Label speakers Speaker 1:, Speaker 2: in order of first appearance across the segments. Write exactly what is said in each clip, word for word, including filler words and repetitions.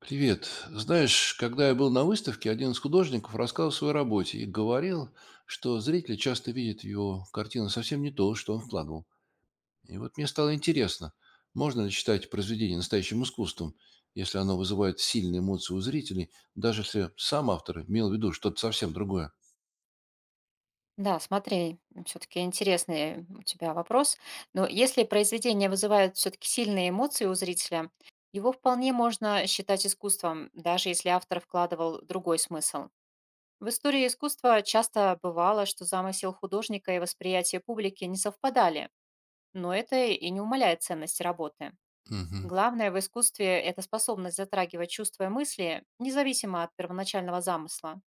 Speaker 1: Привет. Знаешь, когда я был на выставке, один из художников рассказал о своей работе и говорил, что зрители часто видят его картину совсем не то, что он вкладывал. И вот мне стало интересно, можно ли считать произведение настоящим искусством, если оно вызывает сильные эмоции у зрителей, даже если сам автор имел в виду что-то совсем другое.
Speaker 2: Да, смотри, все-таки интересный у тебя вопрос. Но если произведение вызывает все-таки сильные эмоции у зрителя, его вполне можно считать искусством, даже если автор вкладывал другой смысл. В истории искусства часто бывало, что замысел художника и восприятие публики не совпадали, но это и не умаляет ценности работы.
Speaker 1: Мгм.
Speaker 2: Главное в искусстве — это способность затрагивать чувства и мысли, независимо от первоначального замысла.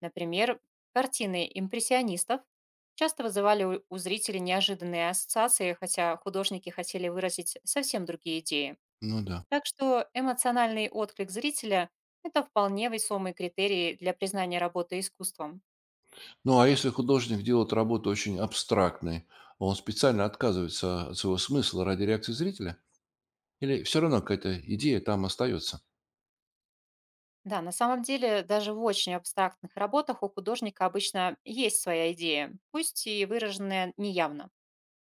Speaker 2: Например, картины импрессионистов часто вызывали у у зрителей неожиданные ассоциации, хотя художники хотели выразить совсем другие идеи.
Speaker 1: Ну да.
Speaker 2: Так что эмоциональный отклик зрителя — это вполне весомый критерий для признания работы искусством.
Speaker 1: Ну а если художник делает работу очень абстрактной, он специально отказывается от своего смысла ради реакции зрителя? Или все равно какая-то идея там остается?
Speaker 2: Да, на самом деле, даже в очень абстрактных работах у художника обычно есть своя идея, пусть и выраженная неявно.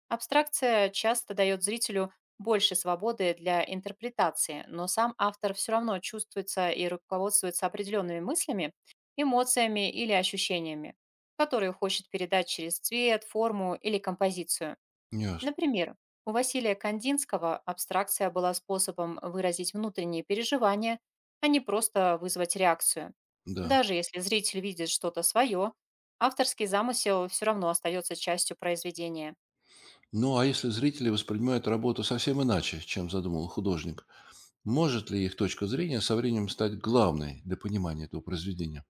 Speaker 2: Абстракция часто дает зрителю больше свободы для интерпретации, но сам автор все равно чувствуется и руководствуется определенными мыслями, эмоциями или ощущениями, которые хочет передать через цвет, форму или композицию.
Speaker 1: Ясно.
Speaker 2: Например, у Василия Кандинского абстракция была способом выразить внутренние переживания, а не просто вызвать реакцию.
Speaker 1: Да.
Speaker 2: Даже если зритель видит что-то свое, авторский замысел все равно остается частью произведения.
Speaker 1: Ну, а если зрители воспринимают работу совсем иначе, чем задумал художник, может ли их точка зрения со временем стать главной для понимания этого произведения?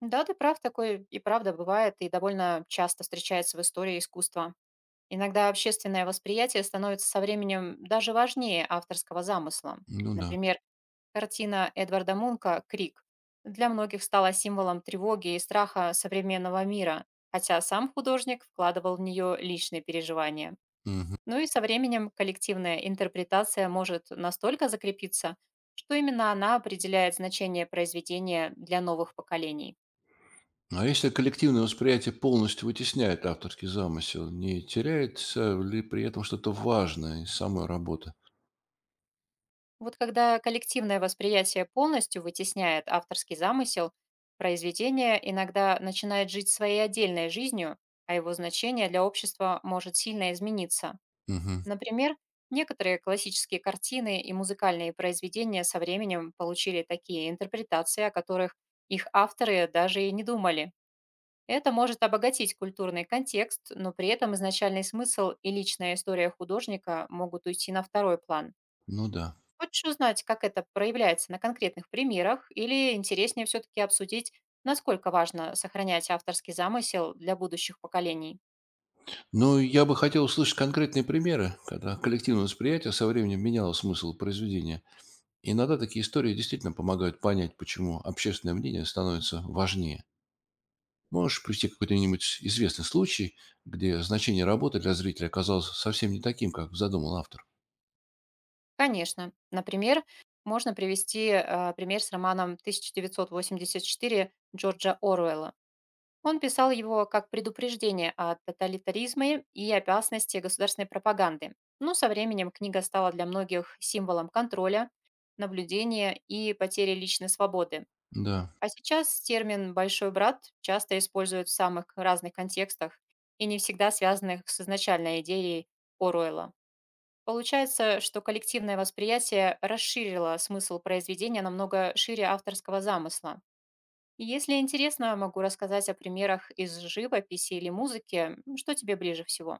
Speaker 2: Да, ты прав, такое и правда бывает, и довольно часто встречается в истории искусства. Иногда общественное восприятие становится со временем даже важнее авторского замысла.
Speaker 1: Ну да.
Speaker 2: Например, картина Эдварда Мунка «Крик» для многих стала символом тревоги и страха современного мира, хотя сам художник вкладывал в нее личные переживания.
Speaker 1: Мгм.
Speaker 2: Ну и со временем коллективная интерпретация может настолько закрепиться, что именно она определяет значение произведения для новых поколений.
Speaker 1: А если коллективное восприятие полностью вытесняет авторский замысел, не теряется ли при этом что-то важное из самой работы?
Speaker 2: Вот когда коллективное восприятие полностью вытесняет авторский замысел, произведение иногда начинает жить своей отдельной жизнью, а его значение для общества может сильно измениться.
Speaker 1: Мгм.
Speaker 2: Например, некоторые классические картины и музыкальные произведения со временем получили такие интерпретации, о которых их авторы даже и не думали. Это может обогатить культурный контекст, но при этом изначальный смысл и личная история художника могут уйти на второй план.
Speaker 1: Ну да.
Speaker 2: Хочешь узнать, как это проявляется на конкретных примерах, или интереснее все-таки обсудить, насколько важно сохранять авторский замысел для будущих поколений?
Speaker 1: Ну, я бы хотел услышать конкретные примеры, когда коллективное восприятие со временем меняло смысл произведения. Иногда такие истории действительно помогают понять, почему общественное мнение становится важнее. Можешь привести какой-нибудь известный случай, где значение работы для зрителя оказалось совсем не таким, как задумал автор?
Speaker 2: Конечно. Например, можно привести э, пример с романом «тысяча девятьсот восемьдесят четыре» Джорджа Оруэлла. Он писал его как предупреждение о тоталитаризме и опасности государственной пропаганды. Но со временем книга стала для многих символом контроля, наблюдения и потери личной свободы.
Speaker 1: Да.
Speaker 2: А сейчас термин «большой брат» часто используют в самых разных контекстах и не всегда связанных с изначальной идеей Оруэлла. Получается, что коллективное восприятие расширило смысл произведения намного шире авторского замысла. И если интересно, могу рассказать о примерах из живописи или музыки, М, что тебе ближе всего.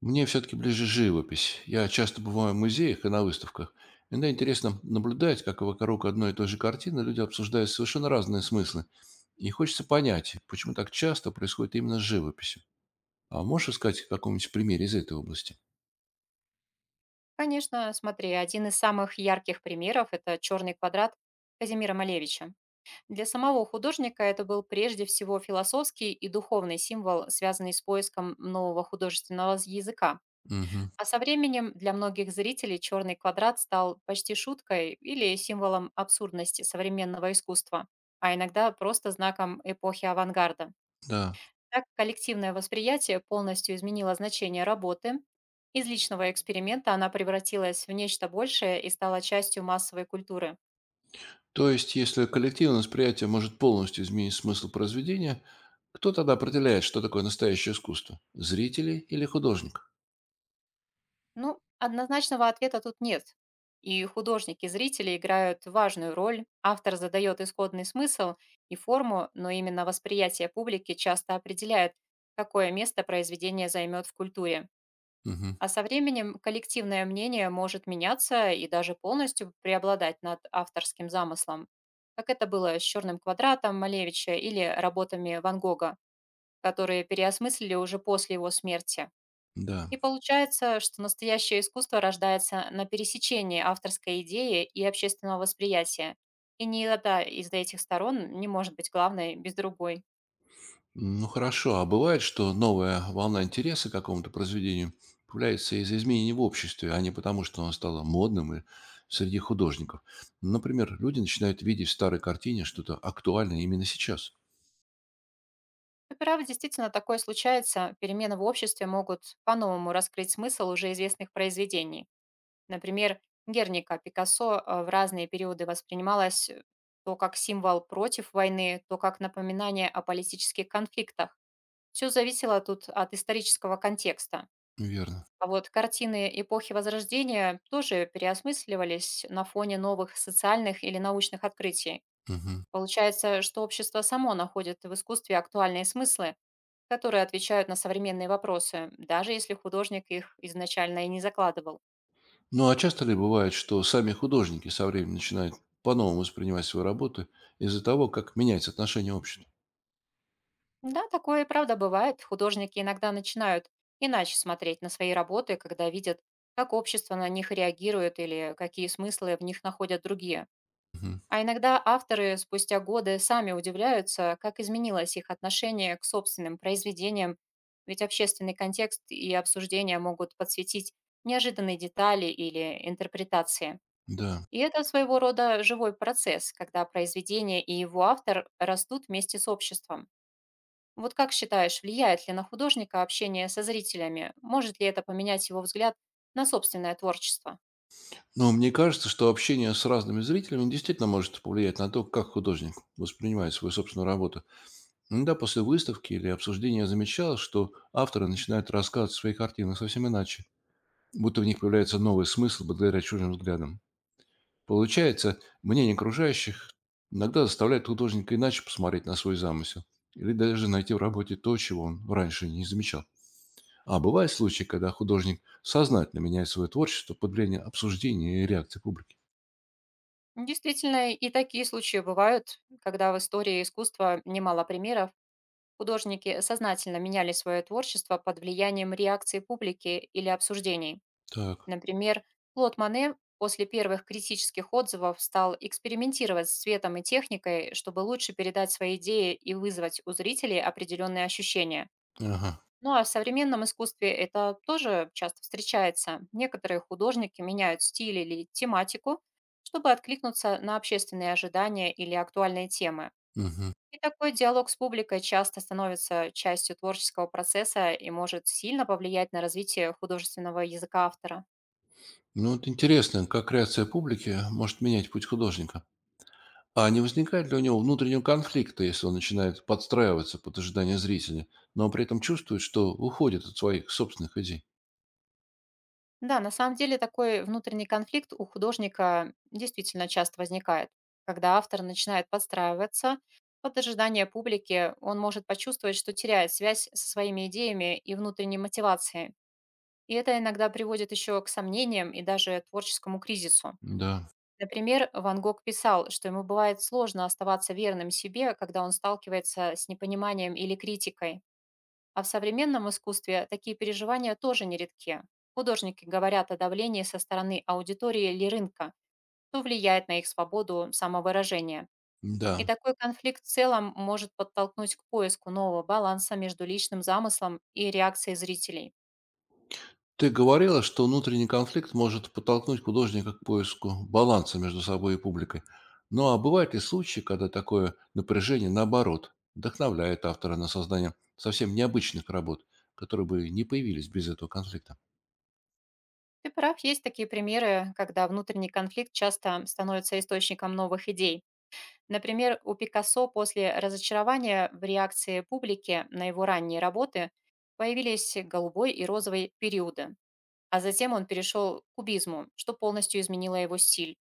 Speaker 1: Мне все-таки ближе живопись. Я часто бываю в музеях и на выставках. Иногда интересно наблюдать, как вокруг одной и той же картины люди обсуждают совершенно разные смыслы. И хочется понять, почему так часто происходит именно с живописью. А можешь искать какой-нибудь пример из этой области?
Speaker 2: Конечно, смотри, один из самых ярких примеров — это «Черный квадрат» Казимира Малевича. Для самого художника это был прежде всего философский и духовный символ, связанный с поиском нового художественного з- языка.
Speaker 1: Угу.
Speaker 2: А со временем для многих зрителей черный квадрат стал почти шуткой или символом абсурдности современного искусства, а иногда просто знаком эпохи авангарда.
Speaker 1: Да.
Speaker 2: Так коллективное восприятие полностью изменило значение работы. Из личного эксперимента она превратилась в нечто большее и стала частью массовой культуры.
Speaker 1: То есть, если коллективное восприятие может полностью изменить смысл произведения, кто тогда определяет, что такое настоящее искусство? Зрители или художник?
Speaker 2: Ну, однозначного ответа тут нет. И художники, и зрители играют важную роль, автор задает исходный смысл и форму, но именно восприятие публики часто определяет, какое место произведение займет в культуре.
Speaker 1: Мгм.
Speaker 2: А со временем коллективное мнение может меняться и даже полностью преобладать над авторским замыслом, как это было с «Черным квадратом» Малевича или работами Ван Гога, которые переосмыслили уже после его смерти.
Speaker 1: Да.
Speaker 2: И получается, что настоящее искусство рождается на пересечении авторской идеи и общественного восприятия. И ни одна из этих сторон не может быть главной без другой.
Speaker 1: Ну хорошо, а бывает, что новая волна интереса к какому-то произведению появляется из-за изменений в обществе, а не потому, что оно стало модным и среди художников. Например, люди начинают видеть в старой картине что-то актуальное именно сейчас.
Speaker 2: Но право, действительно такое случается. Перемены в обществе могут по-новому раскрыть смысл уже известных произведений. Например, Герника Пикассо э, в разные периоды воспринималась э, то как символ против войны, то как напоминание о политических конфликтах. Все зависело тут от исторического контекста.
Speaker 1: Верно.
Speaker 2: А вот картины эпохи Возрождения тоже переосмысливались на фоне новых социальных или научных открытий.
Speaker 1: Мгм.
Speaker 2: Получается, что общество само находит в искусстве актуальные смыслы, которые отвечают на современные вопросы, даже если художник их изначально и не закладывал.
Speaker 1: Ну а часто ли бывает, что сами художники со временем начинают по-новому воспринимать свою работу из-за того, как меняется отношение общества?
Speaker 2: Да, такое и правда бывает. Художники иногда начинают иначе смотреть на свои работы, когда видят, как общество на них реагирует или какие смыслы в них находят другие.
Speaker 1: Мгм.
Speaker 2: А иногда авторы спустя годы сами удивляются, как изменилось их отношение к собственным произведениям, ведь общественный контекст и обсуждения могут подсветить неожиданные детали или интерпретации.
Speaker 1: Да.
Speaker 2: И это своего рода живой процесс, когда произведение и его автор растут вместе с обществом. Вот как считаешь, влияет ли на художника общение со зрителями? Может ли это поменять его взгляд на собственное творчество?
Speaker 1: Но мне кажется, что общение с разными зрителями действительно может повлиять на то, как художник воспринимает свою собственную работу. Иногда после выставки или обсуждения я замечал, что авторы начинают рассказывать свои картины совсем иначе, будто в них появляется новый смысл благодаря чужим взглядам. Получается, мнение окружающих иногда заставляет художника иначе посмотреть на свой замысел или даже найти в работе то, чего он раньше не замечал. А бывают случаи, когда художник сознательно меняет свое творчество под влияние обсуждения и реакции публики.
Speaker 2: Действительно, и такие случаи бывают, когда в истории искусства немало примеров. Художники сознательно меняли свое творчество под влиянием реакции публики или обсуждений.
Speaker 1: Так,
Speaker 2: Например, Клод Мане после первых критических отзывов стал экспериментировать с цветом и техникой, чтобы лучше передать свои идеи и вызвать у зрителей определенные ощущения.
Speaker 1: ага,
Speaker 2: Ну, а в современном искусстве это тоже часто встречается. Некоторые художники меняют стиль или тематику, чтобы откликнуться на общественные ожидания или актуальные темы.
Speaker 1: мгм.
Speaker 2: И такой диалог с публикой часто становится частью творческого процесса и может сильно повлиять на развитие художественного языка автора.
Speaker 1: Ну вот интересно, как реакция публики может менять путь художника. А не возникает ли у него внутреннего конфликта, если он начинает подстраиваться под ожидания зрителя, но при этом чувствует, что уходит от своих собственных идей?
Speaker 2: Да, на самом деле такой внутренний конфликт у художника действительно часто возникает. Когда автор начинает подстраиваться под ожидание публики, он может почувствовать, что теряет связь со своими идеями и внутренней мотивацией. И это иногда приводит еще к сомнениям и даже творческому кризису.
Speaker 1: Да,
Speaker 2: Например, Ван Гог писал, что ему бывает сложно оставаться верным себе, когда он сталкивается с непониманием или критикой. А в современном искусстве такие переживания тоже нередки. Художники говорят о давлении со стороны аудитории или рынка, что влияет на их свободу самовыражения. И
Speaker 1: да,
Speaker 2: такой конфликт в целом может подтолкнуть к поиску нового баланса между личным замыслом и реакцией зрителей.
Speaker 1: Ты говорила, что внутренний конфликт может подтолкнуть художника к поиску баланса между собой и публикой. Ну а бывают ли случаи, когда такое напряжение, наоборот, вдохновляет автора на создание совсем необычных работ, которые бы не появились без этого конфликта?
Speaker 2: Ты прав, есть такие примеры, когда внутренний конфликт часто становится источником новых идей. Например, у Пикассо после разочарования в реакции публики на его ранние работы появились голубой и розовый периоды, а затем он перешел к кубизму, что полностью изменило его стиль.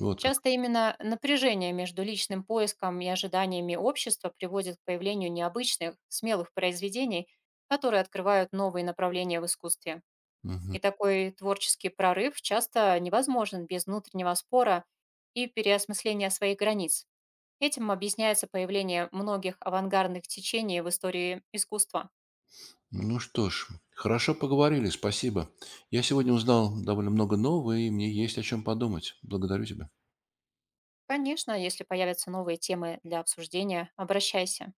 Speaker 1: Вот как.
Speaker 2: Часто именно напряжение между личным поиском и ожиданиями общества приводит к появлению необычных, смелых произведений, которые открывают новые направления в искусстве.
Speaker 1: Мгм.
Speaker 2: И такой творческий прорыв часто невозможен без внутреннего спора и переосмысления своих границ. Этим объясняется появление многих авангардных течений в истории искусства.
Speaker 1: Ну что ж, хорошо поговорили, спасибо. Я сегодня узнал довольно много нового, и мне есть о чем подумать. Благодарю тебя.
Speaker 2: Конечно, если появятся новые темы для обсуждения, обращайся.